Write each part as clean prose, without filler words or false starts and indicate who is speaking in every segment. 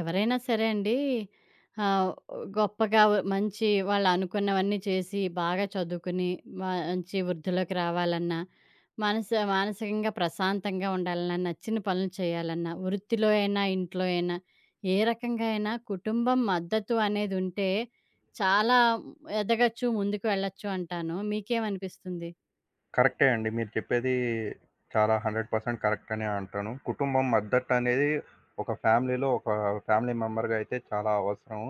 Speaker 1: ఎవరైనా సరే అండి. ఆహ్, గొప్పగా మంచి వాళ్ళు అనుకున్నవన్నీ చేసి, బాగా చదువుకుని, మంచి వృద్ధిలోకి రావాలన్నా, మనస మానసికంగా ప్రశాంతంగా ఉండాలన్నా, నచ్చిన పనులు చేయాలన్నా, వృత్తిలో అయినా, ఇంట్లో అయినా, ఏ రకంగా అయినా కుటుంబం మద్దతు అనేది ఉంటే చాలా ఎదగచ్చు, ముందుకు వెళ్ళొచ్చు అంటాను. మీకేమనిపిస్తుంది?
Speaker 2: కరెక్టే అండి. మీరు చెప్పేది చాలా 100% కరెక్ట్ అనే అంటాను. కుటుంబం మద్దతు అనేది ఒక ఫ్యామిలీలో ఫ్యామిలీ మెంబర్‌గా అయితే చాలా అవసరం.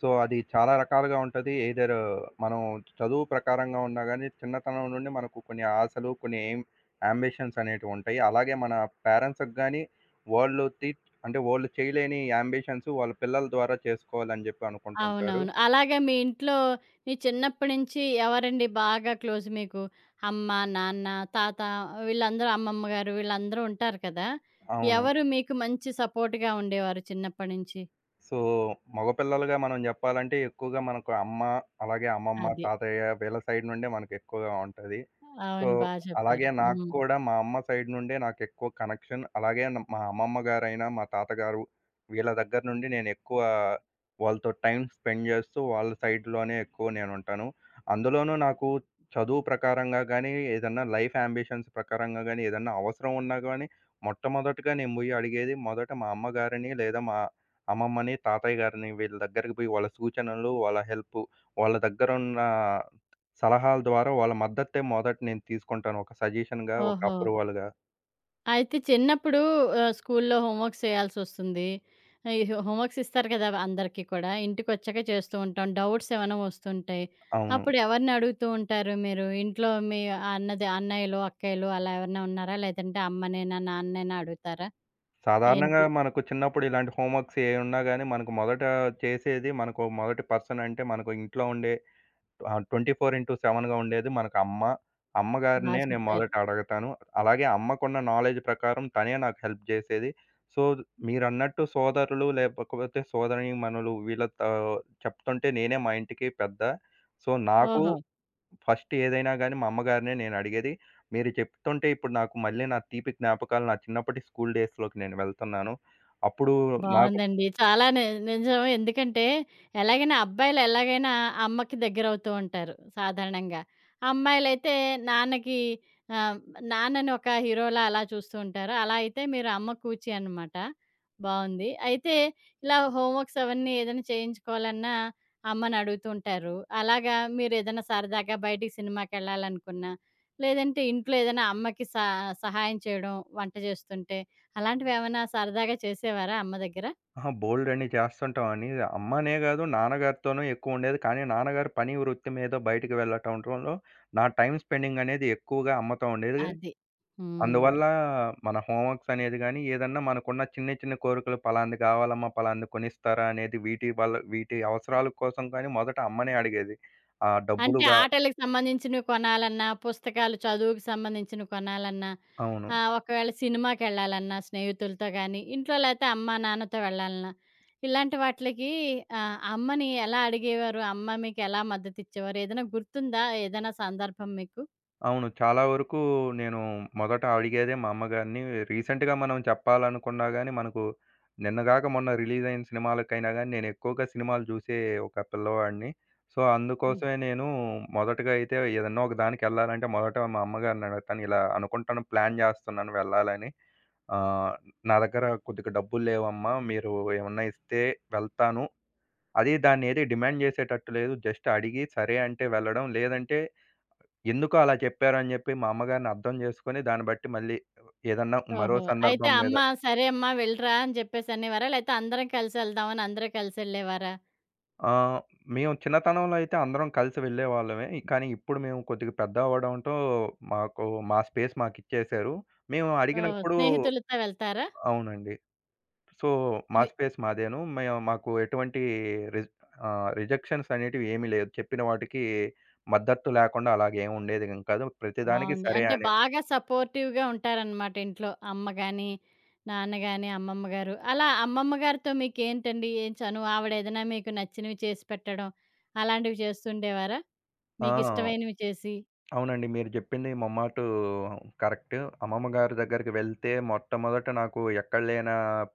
Speaker 2: సో, అది చాలా రకాలుగా ఉంటది. ఎయిదర్ మనం చదువు ప్రకారంగా ఉన్నా గానీ, చిన్నతనం నుండి మనకు కొన్ని ఆశలు, కొన్ని ఎయిమ్ యాంబిషన్స్ అనేటివుంటాయి. అలాగే మన పేరెంట్స్‌కి గానీ, వాళ్ళు తి అంటే వాళ్ళు చేయలేని యాంబిషన్స్ వాళ్ళ పిల్లల ద్వారా చేసుకోవాలని జెప్పి అనుకుంటుంటారు.
Speaker 1: అవునవును. అలాగా మీ ఇంట్లో మీ చిన్నప్పటి నుంచి ఎవరండి బాగా క్లోజ్ మీకు? అమ్మ, నాన్న, తాత వీళ్ళందరూ అమ్మమ్మ గారు వీళ్ళందరూ ఉంటారు కదా!
Speaker 2: అవును.
Speaker 1: ఎవరు మీకు మంచి సపోర్ట్‌గా ఉండేవారు చిన్నప్పటి నుంచి?
Speaker 2: సో, మగపిల్లలుగా మనం జెప్పాలంటే ఎక్కువగా మనకు అమ్మ, అలాగే అమ్మమ్మ,
Speaker 1: అది.
Speaker 2: తాతయ్య వీళ్ళ సైడ్ నుండే మనకెక్కువగా ఉంటది. సో,
Speaker 1: అవును. బా చెప్పారు.
Speaker 2: అలాగే నాకు
Speaker 1: హ్మ్.
Speaker 2: కూడా మా అమ్మ సైడ్ నుండే నాకెక్కువ కనెక్షన్. అలాగే మా అమ్మమ్మ గారైనా, మా తాతగారు వీళ్ళ దగ్గర నుండి నేనెక్కువ వాళ్ళతో టైమ్ స్పెండ్ జేస్తూ వాళ్ళ సైడ్‌లోనే ఎక్కువ నేనుంటాను. అందులోనూ నాకు చదువు ప్రకారంగా గానీ, ఏదన్నా లైఫ్ యాంబిషన్స్ ప్రకారంగా గానీ, ఏదన్నా అవసరం ఉన్నా గానీ, మొట్టమొదటగా నేను బోయి అడిగేది మొదట మా అమ్మగారిని లేదా మా అమ్మమ్మని, తాతయ్య గారిని వీళ్ళ దగ్గరికి పోయి వాళ్ళ సూచనలు, వాళ్ళ హెల్పు, వాళ్ళ దగ్గరున్న సలహాల ద్వారా వాళ్ళ మద్దతే మొదట నేను తీసుకుంటాను. ఒక సజెషన్‌గా, ఒక
Speaker 1: ఓహో!
Speaker 2: అప్రూవల్‌గా.
Speaker 1: అయితే చిన్నప్పుడు స్కూల్లో హోంవర్క్స్ చేయాల్సొస్తుంది. ఈ హోంవర్క్స్ ఇస్తారు కదా! అందరికీ కూడా. ఇంటికొచ్చాక చేస్తూ ఉంటాం. డౌట్స్ ఏమైనా వస్తుంటాయి.
Speaker 2: అవును.
Speaker 1: అప్పుడు ఎవరిని అడుగుతూ ఉంటారు మీరు? ఇంట్లో మీ అన్నయ్యలు, అక్కయ్యలు అలా ఎవరైనా ఉన్నారా? లేదంటే అమ్మనేనా, నాన్ననేనా అడుగుతారా?
Speaker 2: సాధారణంగా
Speaker 1: ఏంటి?
Speaker 2: మనకు చిన్నప్పుడు ఇలాంటి హోంవర్క్స్ ఏ ఉన్నా గాని మనకు మొదట చేసేది మనకు మొదటి పర్సన్ అంటే మనకు ఇంట్లో ఉండే 24/7గా ఉండేది మనకు అమ్మ.
Speaker 1: బా
Speaker 2: అమ్మగారినే నేను
Speaker 1: చెప్పారు.
Speaker 2: మొదట అడగతాను. అలాగే అమ్మకున్న నాలెడ్జ్ ప్రకారం తనే నాకు హెల్ప్ జేసేది. సో, మీరన్నట్టు సోదరులు లేకపోతే సోదరీమణులు వీళ్ళతో చెప్తుంటే నేనే మా ఇంటికి పెద్ద. సో, నాకు
Speaker 1: ఓహో!
Speaker 2: ఫస్ట్ ఏదైనా గానీ మా అమ్మగారినే నేను అడిగేది. మీరు చెప్తుంటే ఇప్పుడు నాకు మళ్ళీ నా తీపి జ్ఞాపకాలు నా చిన్నప్పటి స్కూల్ డేస్‌లోకి నేను వెళ్తున్నాను. అప్పుడు నాకు
Speaker 1: బావుందండి. చాలా ని నిజం. ఎందుకంటే ఎలాగైనా అబ్బాయిలు ఎలాగైనా అమ్మకి దగ్గరవుతూ ఉంటారు సాధారణంగా. అమ్మాయిలైతే నాన్నకి ఆహ్, నాన్నని ఒక హీరోలా అలా చూస్తూ ఉంటారు. అలా అయితే మీరు అమ్మ కూచి అనమాట. బావుంది. అయితే ఇలా హోంవర్క్స్ అవన్నీ ఏదైనా చేయించుకోవాలన్నా అమ్మని అడుగుతూ ఉంటారు. అలాగా మీరేదైనా సరదాగా బయటికి సినిమాకెళ్ళాలనుకున్నా, లేదంటే ఇంట్లో ఏదైనా అమ్మకి సహాయం చేయడం వంట చేస్తుంటే అలాంటివేమన్నా సరదాగా చేసేవారా అమ్మ దగ్గర?
Speaker 2: బోలెడన్ని చేస్తుంటామని అమ్మనే గాదు, నాన్నగారితోనూ ఎక్కువుండేది. కానీ నాన్నగారు పని వృత్తి మీద బయటికి వెళ్ళటంలో నా టైమ్ స్పెండింగ్ అనేది ఎక్కువగా అమ్మతో ఉండేది.
Speaker 1: అది. హ్మ్.
Speaker 2: అందువల్ల మన హోంవర్క్స్ అనేది గానీ, ఏదన్నా మనకున్న చిన్న చిన్న కోరికలు పలానది గావాలమ్మా, పలానది కొనిస్తారా అనేది వీటి వల్ల వీటి అవసరాల కోసం కానీ మొదట అమ్మనే అడిగేది. ఆ
Speaker 1: అంటే
Speaker 2: డబ్బులుగా
Speaker 1: ఆటలకి సంబంధించినవి కొనాలన్నా, పుస్తకాలు చదువుకి సంబంధించినవి కొనాలన్నా,
Speaker 2: అవును.
Speaker 1: ఒకవేళ సినిమాకెళ్ళాలన్నా స్నేహితులతో గానీ, ఇంట్లో లేతే అమ్మా, నాన్నతో వెళ్ళాలన్నా, ఇలాంటి వాటిలకి అమ్మని ఎలా అడిగేవారు? అమ్మ మీకెలా మద్దతిచ్చేవారు? ఏదైనా గుర్తుందా? ఏదైనా సందర్భం మీకు?
Speaker 2: అవును. చాలా వరకు నేను మొదట అడిగేదే మా అమ్మగారిని. రీసెంట్‌గా మనం చెప్పాలనుకున్నా గాని, మనకు నిన్నగాక మొన్న రిలీజయిన సినిమాలకైనా గాని, నేను ఎక్కువగా సినిమాలు చూసే ఒక పిల్లవాడిని. సో,
Speaker 1: హ్మ్.
Speaker 2: అందుకోసమే నేను మొదటగా అయితే ఏదన్నా ఒక దానికెళ్ళాలంటే మొదట మా అమ్మగారిని అడుగుతాను. ఇలా అనుకుంటాను, ప్లాన్ చేస్తున్నాను వెళ్ళాలని. ఆహ్, నా దగ్గర కొద్దిగా డబ్బులు లేవమ్మా. మీరు ఏమన్నా ఇస్తే వెళ్తాను. అది దాన్నేది డిమాండ్ చేసేటట్టు లేదు. జస్ట్ అడిగి సరే అంటే వెళ్ళడం. లేదంటే ఎందుకో అలా చెప్పారు అని చెప్పి మా అమ్మగారిని అర్థం చేసుకొని, దాన్ని బట్టి మళ్ళీ ఏదన్నా మరో
Speaker 1: ఓహో! అయితే
Speaker 2: సందర్భం మీద
Speaker 1: అమ్మ, "సరే అమ్మా వెళ్ళిరా" అని చెప్పేసి అనేవారా? లేతే అందరం కలిసెళ్దామని అందరూ కలిసెళ్ళేవారా?
Speaker 2: ఆహ్, మేము చిన్నతనంలో అయితే అందరం కలిసి వెళ్ళేవాళ్ళమే. కానీ ఇప్పుడు మేము కొద్దిగా పెద్ద అవ్వడంతో మాకు మా స్పేస్ మాకిచ్చేశారు. మేము
Speaker 1: ఓహో!
Speaker 2: అడిగినప్పుడు
Speaker 1: స్నేహితులతో వెళ్తారా?
Speaker 2: అవునండి. సో, మా
Speaker 1: రి
Speaker 2: స్పేస్ మాదేను. మేము మాకు ఎటువంటి రిజ్ రిజెక్షన్స్ అనేటివి ఏమీ లేదు. చెప్పిన వాటికి మద్దతు లేకుండా అలాగేం ఉండేది ఏం కాదు. ప్రతిదానికి
Speaker 1: బావుంది.
Speaker 2: సరే
Speaker 1: అంటే
Speaker 2: అనే
Speaker 1: బాగా సపోర్టివ్‌గా ఉంటారనమాట ఇంట్లో. అమ్మ గాని, నాన్న గాని, అమ్మమ్మ గారు. అలా అమ్మమ్మ గారితో మీకేంటండి ఏం చనువు? ఆవిడేదైనా మీకు నచ్చినవి చేసి పెట్టడం, అలాంటివి చేస్తుండేవారా?
Speaker 2: ఆ!
Speaker 1: మీకిష్టమైనవి చేసి?
Speaker 2: అవునండి. మీరు జెప్పింది మొమ్మాటు కరెక్ట్. అమ్మమ్మ గారి దగ్గరికి వెళ్తే మొట్టమొదట నాకు ఎక్కడ లేన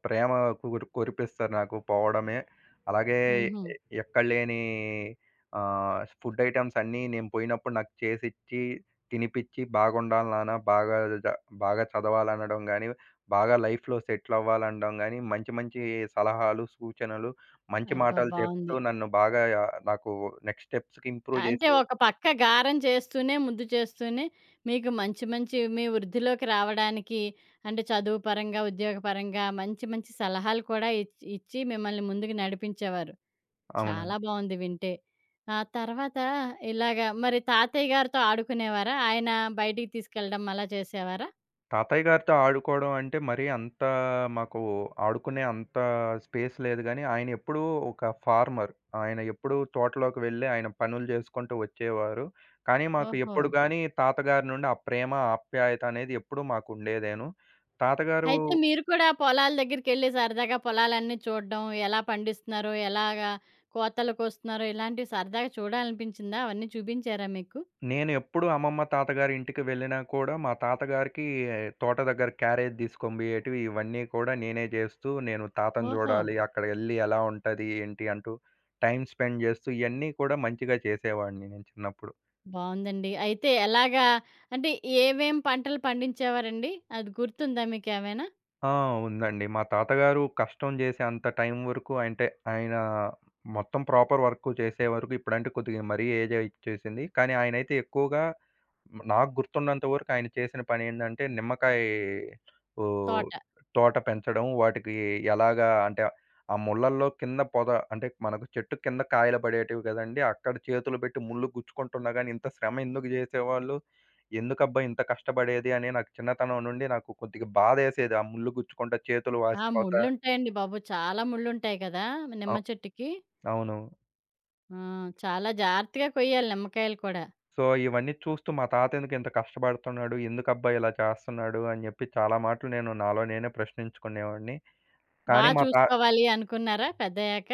Speaker 2: ప్రేమ కురిపిస్తారు నాకు పోవడమే. అలాగే
Speaker 1: హుహు.
Speaker 2: హ్మ్. ఎ ఎక్కడ లేని ఫుడ్ ఐటెమ్స్ అన్నీ నేను పోయినప్పుడు నాకు చేసిచ్చి, తినిపిచ్చి బాగుండాలి నాన్న, జ బాగా చదవాలనడం గాని, బాగా లైఫ్‌లో సెటిల్ అవ్వాలనడం గాని, మంచి మంచి సలహాలు, సూచనలు, మంచి
Speaker 1: అబ్బా!
Speaker 2: మాటలు చెప్తూ
Speaker 1: బావుంది.
Speaker 2: నన్ను బాగా నాకు నెక్స్ట్ స్టెప్స్‌కి ఇంప్రూవ్
Speaker 1: అంటే
Speaker 2: జేసే
Speaker 1: ఒక పక్క గారం చేస్తూనే, ముద్దు చేస్తూనే మీకు మంచి మంచి మీ వృద్ధిలోకి రావడానికి అంటే చదువు పరంగా, ఉద్యోగ పరంగా మంచి మంచి సలహాలు కూడా ఇచ్చి మిమ్మల్ని ముందుకు నడిపించేవారు. చాలా
Speaker 2: అవునండి.
Speaker 1: బావుంది వింటే. ఆ తర్వాత ఇలాగ మరి తాతయ్య గారితో ఆడుకునేవారా? ఆయన బయటికి తీసుకెళ్ళడం అలా చేసేవారా?
Speaker 2: తాతయ్య గారితో ఆడుకోవడం అంటే మరీ అంత మాకు ఆడుకునే అంత స్పేస్ లేదు గానీ, ఆయన ఎప్పుడూ ఒక ఫార్మర్. ఆయన ఎప్పుడూ తోటలోకి వెళ్ళి ఆయన పనులు చేసుకుంటూ వచ్చేవారు. కానీ మాకు
Speaker 1: ఓహో!
Speaker 2: ఎప్పుడు గానీ తాతగారి నుండి ఆ ప్రేమ, ఆప్యాయత అనేది ఎప్పుడూ మాకుండేదేను. తాతగారు
Speaker 1: అయితే మీరు కూడా పొలాల దగ్గరికెళ్ళి సరదాగా పొలాలన్నీ చూడడం, ఎలా పండిస్తున్నారో, ఎలాగా కోతలు కోస్తున్నారో ఇలాంటివి సరదాగా చూడాలనిపించిందా? అవన్నీ చూపించారా మీకు?
Speaker 2: నేను ఎప్పుడు అమ్మమ్మ, తాతగారి ఇంటికి వెళ్ళినా కూడా మా తాతగారికి తోట దగ్గర క్యారేజ్ తీసుకొనిపోయేటివి ఇవన్నీ కూడా నేనే జేస్తూ, నేను తాతని
Speaker 1: ఓహో!
Speaker 2: జూడాలి, అక్కడికెళ్ళి ఎలా ఉంటది, ఏంటి అంటూ టైమ్ స్పెండ్ జేస్తూ ఇయన్నీ కూడా మంచిగా చేసేవాడిని నేను చిన్నప్పుడు.
Speaker 1: బావుందండి. అయితే ఎలాగా అంటే ఏవేం పంటలు పండించేవారండి? అది గుర్తుందా మీకేమైనా?
Speaker 2: ఆ! ఉందండి. మా తాతగారు కష్టం జేసే అంత టైం వరకు అంటే ఆయన మొత్తం ప్రాపర్ వర్క్ చేసే వరకు ఇప్పుడంటే కొద్దిగా మరీ ఏజ్ ఇచ్చేసింది. కానీ ఆయనైతే ఎక్కువగా నాకు గుర్తున్నంత వరకు ఆయన చేసిన పని ఏందంటే నిమ్మకాయ ఓహ్!
Speaker 1: తోట.
Speaker 2: తోట పెంచడం. వాటికి ఎలాగా అంటే ఆ ముళ్ళల్లో కింద పొద అంటే మనకు చెట్టు కింద కాయలు పడేటివి కదండీ! అక్కడ చేతులు పెట్టి ముళ్ళు గుచ్చుకుంటున్నా గాని ఇంత శ్రమ ఎందుకు జేసేవాళ్ళు? ఎందుకబ్బా! ఇంత కష్టపడేది అని నాకు చిన్నతనం నుండి నాకు కొద్దిగా బాధేసేది. ఆ ముళ్ళు గుచ్చుకుంటా చేతులు
Speaker 1: ఆ!
Speaker 2: వాసిపోతా
Speaker 1: ముళ్ళుంటాయండి బాబు! చాలా ముళ్ళుంటాయి కదా! నిమ్మ
Speaker 2: అవ్
Speaker 1: చెట్టుకి.
Speaker 2: అవును.
Speaker 1: ఆ! చాలా జాగ్రత్తగా కొయ్యాలి నిమ్మకాయలు కూడా.
Speaker 2: సో, ఇవన్నీ చూస్తూ మా తాత ఎందుకింత కష్టపడుతున్నాడు? ఎందుకబ్బా! ఇలా చేస్తున్నాడు? అని జెప్పి చాలా మాటలు నేను నాలో నేనే ప్రశ్నించుకునేవాడిని.
Speaker 1: బా
Speaker 2: కానీ మా తా
Speaker 1: చూసుకోవాలి అనుకున్నారా పెద్దయ్యాక?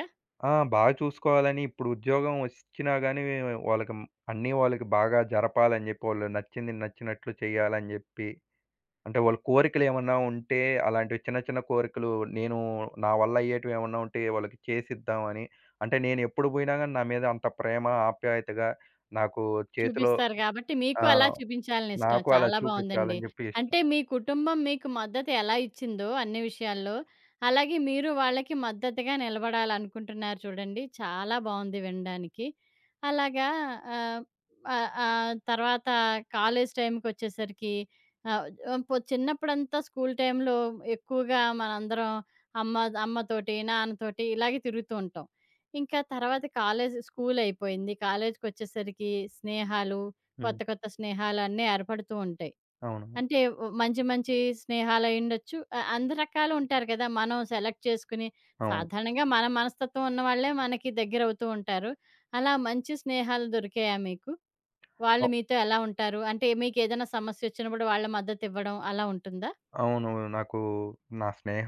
Speaker 2: ఆ! బాగా చూసుకోవాలని ఇప్పుడు ఉద్యోగం వచ్చినా గాని వాళ్ళకి మ్- అన్నీ వాళ్ళకి బాగా జరపాలని జెప్పి, వాళ్ళు నచ్చింది నచ్చినట్లు చేయాలని జెప్పి, అంటే వాళ్ళ కోరికలేమన్నా ఉంటే అలాంటివి చిన్న చిన్న కోరికలు నేను నా వల్ల అయ్యేటివేమన్నా ఉంటే వాళ్ళకి చేసిద్దామని. అంటే నేనెప్పుడు బోయినా గాని నా మీద అంత ప్రేమ, ఆప్యాయతగా నాకు చేతిలో
Speaker 1: చూపిస్తారు గాబట్టి, మీకు
Speaker 2: ఆ!
Speaker 1: అలా చూపించాలనిష్టం.
Speaker 2: నాకు అలా
Speaker 1: చాలా బావుందండి.
Speaker 2: చూపిచ్చాలని జెప్పి
Speaker 1: అంటే,
Speaker 2: ఇష్టం.
Speaker 1: మీ కుటుంబం మీకు మద్దతు ఎలా ఇచ్చిందో అన్ని విషయాల్లో, అలాగే మీరు వాళ్ళకి మద్దతుగా నిలబడాలనుకుంటున్నారు చూడండి. చాలా బావుంది వినడానికి. అలాగా ఆహ్, ఆహ్, ఆహ్, తర్వాత కాలేజ్ టైమ్‌కొచ్చేసరికి ఆహ్, ఆహ్, పొ చిన్నప్పుడంతా స్కూల్ టైమ్‌లో ఎక్కువగా మనందరం అమ్మ అమ్మతోటి, నాన్నతోటి ఇలాగే తిరుగుతూ ఉంటాం. ఇంకా తర్వాత కాలేజ్ స్కూలయిపోయింది. కాలేజ్‌కొచ్చేసరికి స్నేహాలు,
Speaker 2: హ్మ్.
Speaker 1: కొత్త కొత్త స్నేహాలన్నీ ఏర్పడుతూ ఉంటాయి.
Speaker 2: అవును.
Speaker 1: అంటే మంచి మంచి స్నేహాలయుండొచ్చు. అన్ని రకాలుంటారు కదా! మనం సెలెక్ట్ చేసుకుని
Speaker 2: అవును.
Speaker 1: సాధారణంగా మన మనస్తత్వం ఉన్నవాళ్ళే మనకి దగ్గరవుతూ ఉంటారు. అలా మంచి స్నేహాలు దొరికాయా మీకు? వాళ్ళు మీతో ఎలా ఉంటారు? అంటే మీకేదైనా సమస్యొచ్చినప్పుడు వాళ్ళ మద్దతివ్వడం అలా ఉంటుందా?
Speaker 2: అవును. నాకు నా స్నేహ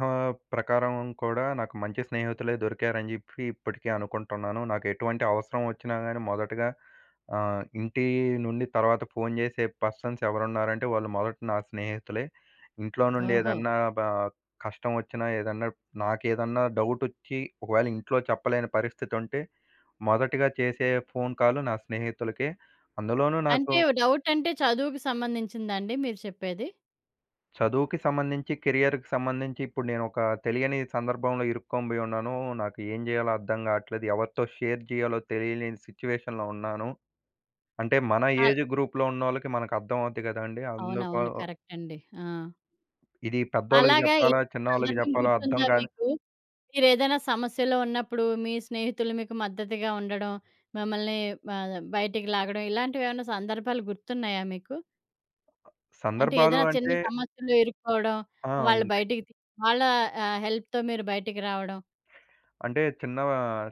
Speaker 2: ప్రకారం కూడా నాకు మంచి స్నేహితులే దొరికారని జెప్పి ఇప్పటికీ అనుకుంటున్నాను. నాకు ఎటువంటి అవసరం వచ్చినా గాని మొదటగా ఇంటి నుండి తర్వాత ఫోను జేసే పర్సన్స్ ఎవరున్నారంటే వాళ్ళు మొదట నా స్నేహితులే. ఇంట్లో నుండి
Speaker 1: ఓహో!
Speaker 2: ఏదన్నా బా కష్టం వచ్చినా ఏదన్నా నాకేదన్నా డౌటొచ్చి ఒకవేళ ఇంట్లో చెప్పలేని పరిస్థితుంటే మొదటగా చేసే ఫోను కాల్ నా స్నేహితులకే. అందులోనూ నాకు
Speaker 1: అంటే డౌటంటే చదువుకి సంబంధించిందా అండి మీరు చెప్పేది?
Speaker 2: చదువుకి సంబంధించి, కెరియర్‌కి సంబంధించి ఇప్పుడు నేనొక తెలియని సందర్భంలో ఇరుక్కోబోయి ఉన్నాను. నాకు ఏం జేయాలో అర్థం గాట్లేదు. ఎవరితో షేర్ జేయాలో తెలియలేని సిట్యుయేషన్‌లో ఉన్నాను. అంటే మన
Speaker 1: అల్
Speaker 2: ఏజ్ గ్రూప్‌లో ఉన్నోళ్ళకి మనకు అర్థమవుద్ది గదండీ! అందుకు
Speaker 1: అవునవును. కరెక్ట్ అండి. ఆ!
Speaker 2: ఇది పెద్దోళ్ళకి
Speaker 1: అలాగా
Speaker 2: జెప్పాలా?
Speaker 1: ఏదైనా
Speaker 2: చిన్నోళ్ళకి
Speaker 1: సందర్భం
Speaker 2: జెప్పాలో అర్థం
Speaker 1: గుర్తుందా
Speaker 2: గాని
Speaker 1: మీకు? మీరేదైనా సమస్యలో ఉన్నప్పుడు మీ స్నేహితులు మీకు మద్దతుగా ఉండడం, మిమ్మల్ని బయటికి లాగడం ఇలాంటివేవన్నా సందర్భాలు గుర్తున్నాయా మీకు? అంటే
Speaker 2: సందర్భాలు
Speaker 1: ఏదైనా చిన్న
Speaker 2: అంటే
Speaker 1: సమస్యలో ఇరుక్కోవడం,
Speaker 2: ఆ!
Speaker 1: వాళ్ళు
Speaker 2: ఉన్నాయి.
Speaker 1: బయటికి తీ వాళ్ళ హెల్ప్‌తో మీరు బయటికి రావడం.
Speaker 2: అంటే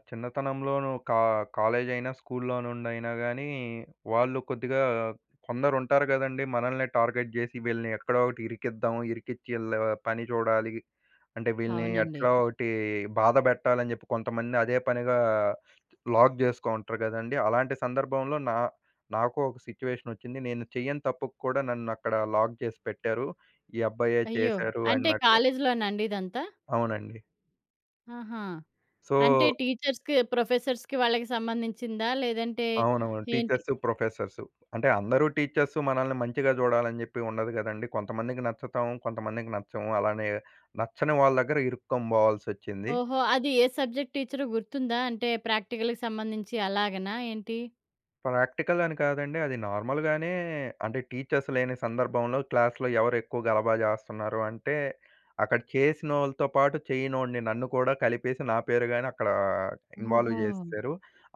Speaker 2: చిన్నతనంలోను కా కాలేజ్ అయినా, స్కూల్‌లో నుండైనా గానీ, వాళ్ళు కొద్దిగా కొందరుంటారు గదండీ! మనల్నే టార్గెట్ జేసి వీళ్ళని ఎక్కడో ఒకటి ఇరికిద్దాం, ఇరికిచ్చి ఈళ్ళ పని చూడాలి. అంటే వీళ్ళని
Speaker 1: అవునండి.
Speaker 2: ఎట్లా ఒకటి బాధ బెట్టాలని జెప్పి కొంతమంది అదే పనిగా లాక్ జేసుకో ఉంటారు గదండీ! అలాంటి సందర్భంలో నాకు ఒక సిట్యుయేషనొచ్చింది. నేను చెయ్యని తప్పుకు కూడా నన్నక్కడ లాక్ జేసి పెట్టారు. ఈ అబ్బాయే
Speaker 1: అయ్యో!
Speaker 2: చేశారు
Speaker 1: అంటే
Speaker 2: అన్నట్లు.
Speaker 1: కాలేజీలోనండి ఇదంతా?
Speaker 2: అవునండి.
Speaker 1: ఆహా!
Speaker 2: సో
Speaker 1: అంటే టీచర్స్‌కి, ప్రొఫెసర్స్‌కి వాళ్ళకి సంబంధించిందా? లేదంటే
Speaker 2: అవునవును.
Speaker 1: ఏంటి?
Speaker 2: Teachers, professors. అంటే అందరూ టీచర్సు మనల్ని మంచిగా జూడాలని జెప్పి ఉండదు గదండీ. కొంతమందికి నచ్చుతాం, కొంతమందికి నచ్చము. అలానే నచ్చని వాళ్ళ దగ్గర ఇరుక్కొని బోవాల్సొచ్చింది.
Speaker 1: ఓహో! అది ఏ సబ్జెక్ట్ టీచరో గుర్తుందా? అంటే ప్రాక్టికల్‌కి సంబంధించి అలాగనా ఏంటి?
Speaker 2: ప్రాక్టికల్ అని కాదండి. అది నార్మల్‌గానే అంటే టీచర్స్ లేని సందర్భంలో క్లాస్‌లో ఎవరు ఎక్కువ గలబా జేస్తున్నారు అంటే, అక్కడ చేసినోళ్ళతో పాటు చేయనోడిని నన్ను కూడా కలిపేసి నా పేరుగాని అక్కడ ఇన్వాల్వ్
Speaker 1: ఓహో!
Speaker 2: జేసేశారు.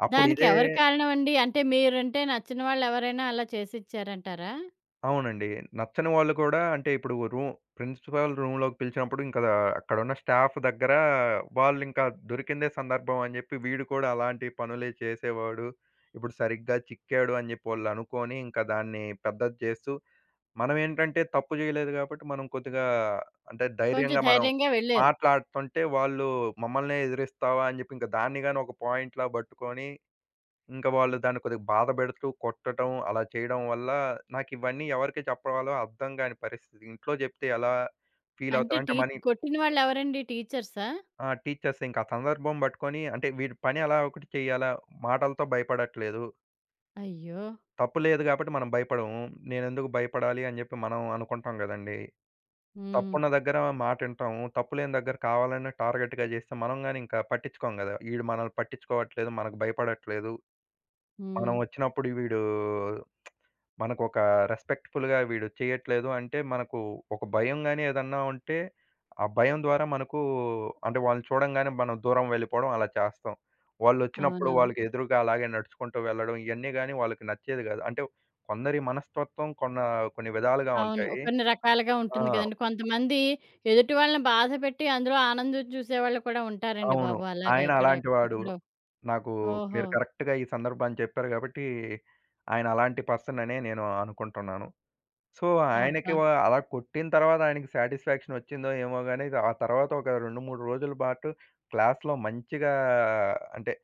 Speaker 2: అప్పుడు
Speaker 1: దానికి
Speaker 2: ఇదే
Speaker 1: ఎవరు కారణమండి? అంటే మీరంటే నచ్చిన వాళ్ళెవరైనా అలా చేసిచ్చారంటారా?
Speaker 2: అవునండి. నచ్చని వాళ్ళు కూడా అంటే ఇప్పుడు రూమ్ ప్రిన్సిపల్ రూమ్‌లోకి పిలిచినప్పుడు ఇంకా అక్కడున్న స్టాఫ్ దగ్గర వాళ్ళింకా దొరికిందే సందర్భం అని జెప్పి వీడు కూడా అలాంటి పనులే చేసేవాడు. ఇప్పుడు సరిగ్గా చిక్కాడు అని జెప్పి వాళ్ళనుకోని ఇంకా దాన్ని పెద్దది చేస్తూ మనమేంటంటే తప్పు జేయలేదు గాబట్టి మనం కొద్దిగా అంటే
Speaker 1: కొంచెం
Speaker 2: ధైర్యంగా మనం
Speaker 1: ధైర్యంగా వెళ్లారు.
Speaker 2: మాట్లాడుతుంటే వాళ్ళు మమ్మల్నే ఎదిరిస్తావా అని జెప్పి ఇంకా దాన్ని గాని ఒక పాయింట్‌లా బట్టుకొని ఇంకా వాళ్ళు దాన్ని కొద్దిగా బాధపెడుతూ, కొట్టటం అలా చేయడం వల్ల నాకివన్నీ ఎవరికి చెప్పాలో అర్థం గాని పరిస్థితి. ఇంట్లో జెప్తే ఎలా
Speaker 1: అంటే
Speaker 2: ఫీలవుతారు?
Speaker 1: టీ
Speaker 2: అంటే మనీ
Speaker 1: కొట్టిన వాళ్ళెవరండి టీచర్సా?
Speaker 2: ఆ! టీచర్స్ ఇంక ఆ సందర్భం బట్టుకొని అంటే వీడి పని ఎలా ఒకటి చేయాలా? మాటలతో భయపడట్లేదు.
Speaker 1: అయ్యో!
Speaker 2: తప్పు లేదు గాబట్టి మనం భయపడము. నేనెందుకు భయపడాలి అని జెప్పి మనం అనుకుంటాం గదండీ!
Speaker 1: హ్మ్.
Speaker 2: తప్పున్న దగ్గర మాటింటాము. తప్పు లేని దగ్గర కావాలని టార్గెట్‌గా జేస్తే మనం గాని ఇంకా పట్టించుకోం గదా! ఈడు మనల్ని పట్టించుకోవట్లేదు, మనకు భయపడట్లేదు. మనం
Speaker 1: హ్మ్.
Speaker 2: ఒచ్చినప్పుడు వీడు మనకొక రెస్పెక్ట్‌ఫుల్‌గా వీడు చేయట్లేదు అంటే, మనకు ఒక భయం గాని ఏదన్నా ఉంటే, ఆ భయం ద్వారా మనకు అంటే వాళ్ళని చూడంగానే మనం దూరం వెళ్ళిపోవడం అలా చేస్తాం. వాళ్ళొచ్చినప్పుడు
Speaker 1: అవునవును.
Speaker 2: వాళ్ళకి ఎదురుగా అలాగే నడుచుకుంటూ వెళ్ళడం ఇయన్నీ గాని వాళ్ళకి నచ్చేది కాదు. అంటే కొందరి మనస్తత్వం కొన్ని విధాలుగా
Speaker 1: అవును.
Speaker 2: ఉంటాయి.
Speaker 1: కొన్ని రకాలుగా
Speaker 2: ఆ!
Speaker 1: ఉంటుంది కదండీ. కొంతమంది ఎదుటి వాళ్ళని బాధపెట్టి అందులో ఆనందం చూసేవాళ్ళు కూడా ఉంటారండి
Speaker 2: అవును.
Speaker 1: బాబు. అలాగా
Speaker 2: ఆయన
Speaker 1: ఇక్కడ
Speaker 2: అలాంటి వాడు.
Speaker 1: ఎక్కడో.
Speaker 2: నాకు
Speaker 1: ఓహో!
Speaker 2: మీరు కరెక్ట్‌గా ఈ సందర్భాన్ని చెప్పారు కాబట్టి, ఆయన అలాంటి పర్సన్ అనే నేను అనుకుంటున్నాను. సో, ఆయనకి
Speaker 1: అబ్బా!
Speaker 2: వ అలా కొట్టిన తర్వాత ఆయనకి సాటిస్ఫాక్షన్ వచ్చిందో ఏమో గాని, ఆ తర్వాత ఒక 2, 3 రోజుల పాటు క్లాస్‌లో మంచిగా అంటే,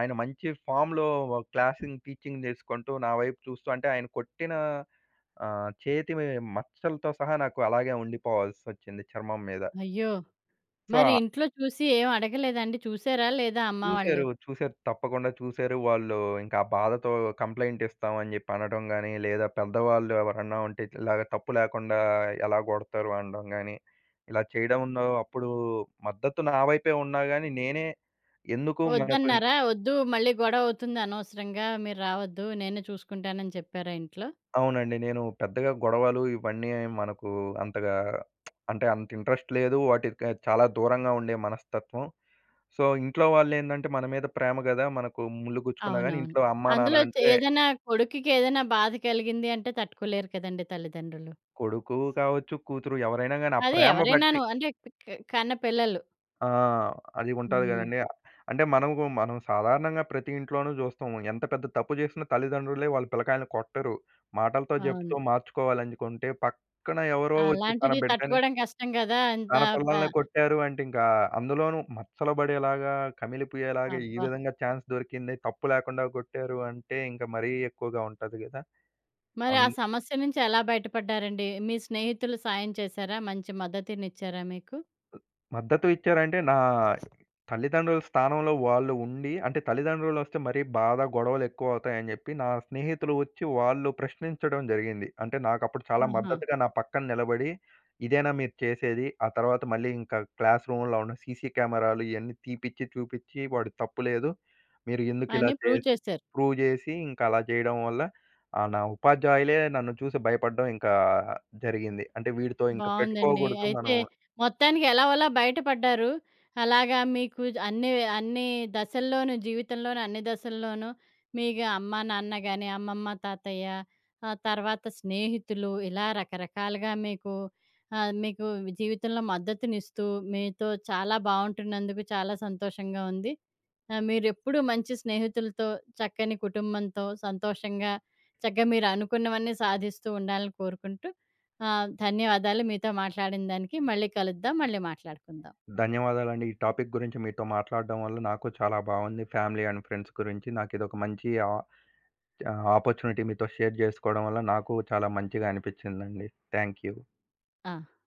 Speaker 2: ఆయన మంచి ఫామ్‌లో క్లాసింగ్, టీచింగ్ చేసుకుంటూ, నా వైపు చూస్తూ అంటే ఆయన కొట్టిన చేతి మచ్చలతో సహా నాకు అలాగే ఉండిపోవాల్సొచ్చింది చర్మం మీద.
Speaker 1: అయ్యో!
Speaker 2: సో
Speaker 1: మరి ఇంట్లో చూసి ఏం అడగలేదండి? చూసారా లేదా అమ్మ వాళ్ళు?
Speaker 2: చూసారు. చూసారు. తప్పకుండా చూసారు. వాళ్ళు ఇంకా ఆ బాధతో కంప్లెయింట్ ఇస్తాం అని జెప్పి అనడం గాని, లేదా పెద్దవాళ్ళు ఎవరన్నా ఉంటే ఇలాగ తప్పు లేకుండా ఎలా గొడతారు అనడం గాని, ఇలా చేయడంలో అప్పుడు మద్దతు నా వైపే ఉన్నా గాని, నేనే ఎందుకు మనకు
Speaker 1: వద్దన్నారా? వద్దు మళ్ళీ గొడవ అవుతుంది అనవసరంగా మీరు రావద్దు నేనే చూసుకుంటానని చెప్పారా ఇంట్లో?
Speaker 2: అవునండి. నేను పెద్దగా గొడవలు ఇవన్నీ మనకు అంతగా అంటే అంత ఇంట్రెస్ట్ లేదు. వాటికి చాలా దూరంగా ఉండే మనస్తత్వం. సో, ఇంట్లో వాళ్ళేందంటే మన మీద ప్రేమ గదా! మనకు ముల్లు గుచ్చుకున్నా గాని
Speaker 1: అవునవును.
Speaker 2: ఇంట్లో అమ్మా, నాన్న
Speaker 1: అందులో చే
Speaker 2: అంటే
Speaker 1: ఏదైనా కొడుకుకి ఏదైనా బాధ కలిగింది అంటే తట్టుకోలేరు కదండీ తల్లిదండ్రులు.
Speaker 2: కొడుకు కావచ్చు, కూతురు ఎవరైనా గాని, ఆ
Speaker 1: అదే
Speaker 2: ప్రేమ బట్టి
Speaker 1: ఎవరైనాను అంటే క క- కన్న పిల్లలు.
Speaker 2: ఆ! అది ఉంటది
Speaker 1: హ్మ్.
Speaker 2: గదండీ. అంటే మనం సాధారణంగా ప్రతి ఇంట్లోనూ జూస్తాము. ఎంత పెద్ద తప్పు జేసినా తల్లిదండ్రులే వాళ్ళ పిల్లకాయల్ని కొట్టరు. మాటలతో
Speaker 1: అవును.
Speaker 2: జెప్తూ మార్చుకోవాలనుకుంటే, పక్కన ఎవరో ఒచ్చి తన
Speaker 1: అలాంటిది
Speaker 2: బిడ్డని,
Speaker 1: తట్టుకోవడం కష్టం కదా! అంత
Speaker 2: తన
Speaker 1: ప
Speaker 2: పిల్లల్ని కొట్టారు అంటే ఇంకా అందులోనూ మచ్చలు బడేలాగా, కమిలిపోయేలాగా ఈ
Speaker 1: అబ్బా!
Speaker 2: విధంగా ఛాన్స్ దొరికింది. తప్పు లేకుండా గొట్టారు అంటే, ఇంక మరీ ఎక్కువగా ఉంటది గదా!
Speaker 1: మరి
Speaker 2: అన్
Speaker 1: ఆ సమస్య నుంచి ఎలా బయటపడ్డారండి? మీ స్నేహితులు సాయం చేశారా? మంచి మద్దతునిచ్చారా మీకు?
Speaker 2: మద్దతు ఇచ్చారంటే, నా తల్లిదండ్రుల స్థానంలో వాళ్ళు ఉండి అంటే తల్లిదండ్రులొస్తే మరీ బాధ, గొడవలెక్కువవుతాయని జెప్పి, నా స్నేహితులు వచ్చి వాళ్ళు ప్రశ్నించడం జరిగింది. అంటే, నాకప్పుడు చాలా
Speaker 1: ఆహా!
Speaker 2: మద్దతుగా నా పక్కన నిలబడి, "ఇదేనా మీరు చేసేది?" ఆ తర్వాత మళ్ళీ ఇంకా క్లాస్ రూమ్‌లో ఉన్న సీసీ కెమెరాలు ఇయన్నీ తీపిచ్చి, చూపిచ్చి, "వాడు తప్పు లేదు. మీరు ఎందుకిలా
Speaker 1: అని ప్రూవ్
Speaker 2: చేసి"
Speaker 1: చేశారు.
Speaker 2: ప్రూవ్ జేసి, ఇంకా అలా జేయడం వల్ల నా ఉపాధ్యాయులే నన్ను చూసి భయపడడం ఇంకా జరిగింది. అంటే, వీడితో ఇంక
Speaker 1: బావుందండి.
Speaker 2: పెట్టుకోగూడదు మనం
Speaker 1: అయితే మొత్తానికి ఎలాగోలా బయటపడ్డారు. అలాగా మీకు అన్ని అన్ని దశల్లోనూ జీవితంలోని అన్ని దశల్లోనూ మీకు అమ్మా, నాన్న గాని, అమ్మమ్మ, తాతయ్య ఆ తర్వాత స్నేహితులు ఇలా రకరకాలుగా మీకు జీవితంలో మద్దతునిస్తూ మీతో చాలా బావుంటున్నందుకు చాలా సంతోషంగా ఉంది. ఆ! మీరెప్పుడు మంచి స్నేహితులతో, చక్కని కుటుంబంతో సంతోషంగా, చక్కగా మీరనుకున్నవన్నీ సాధిస్తూ ఉండాలని కోరుకుంటూ ధన్యవాదాలు మీతో మాట్లాడిన దానికి. మళ్ళీ కలుద్దాం. మళ్ళీ మాట్లాడుకుందాం.
Speaker 2: ధన్యవాదాలండి. ఈ టాపిక్ గురించి మీతో మాట్లాడడం వల్ల నాకు చాలా బాగుంది. ఫ్యామిలీ అండ్ ఫ్రెండ్స్ గురించి నాకిదొక మంచి ఆపర్చునిటీ మీతో షేర్ జేసుకోవడం వల్ల నాకు చాలా మంచిగా అనిపిచ్చిందండి. Thank you.
Speaker 1: ఆ!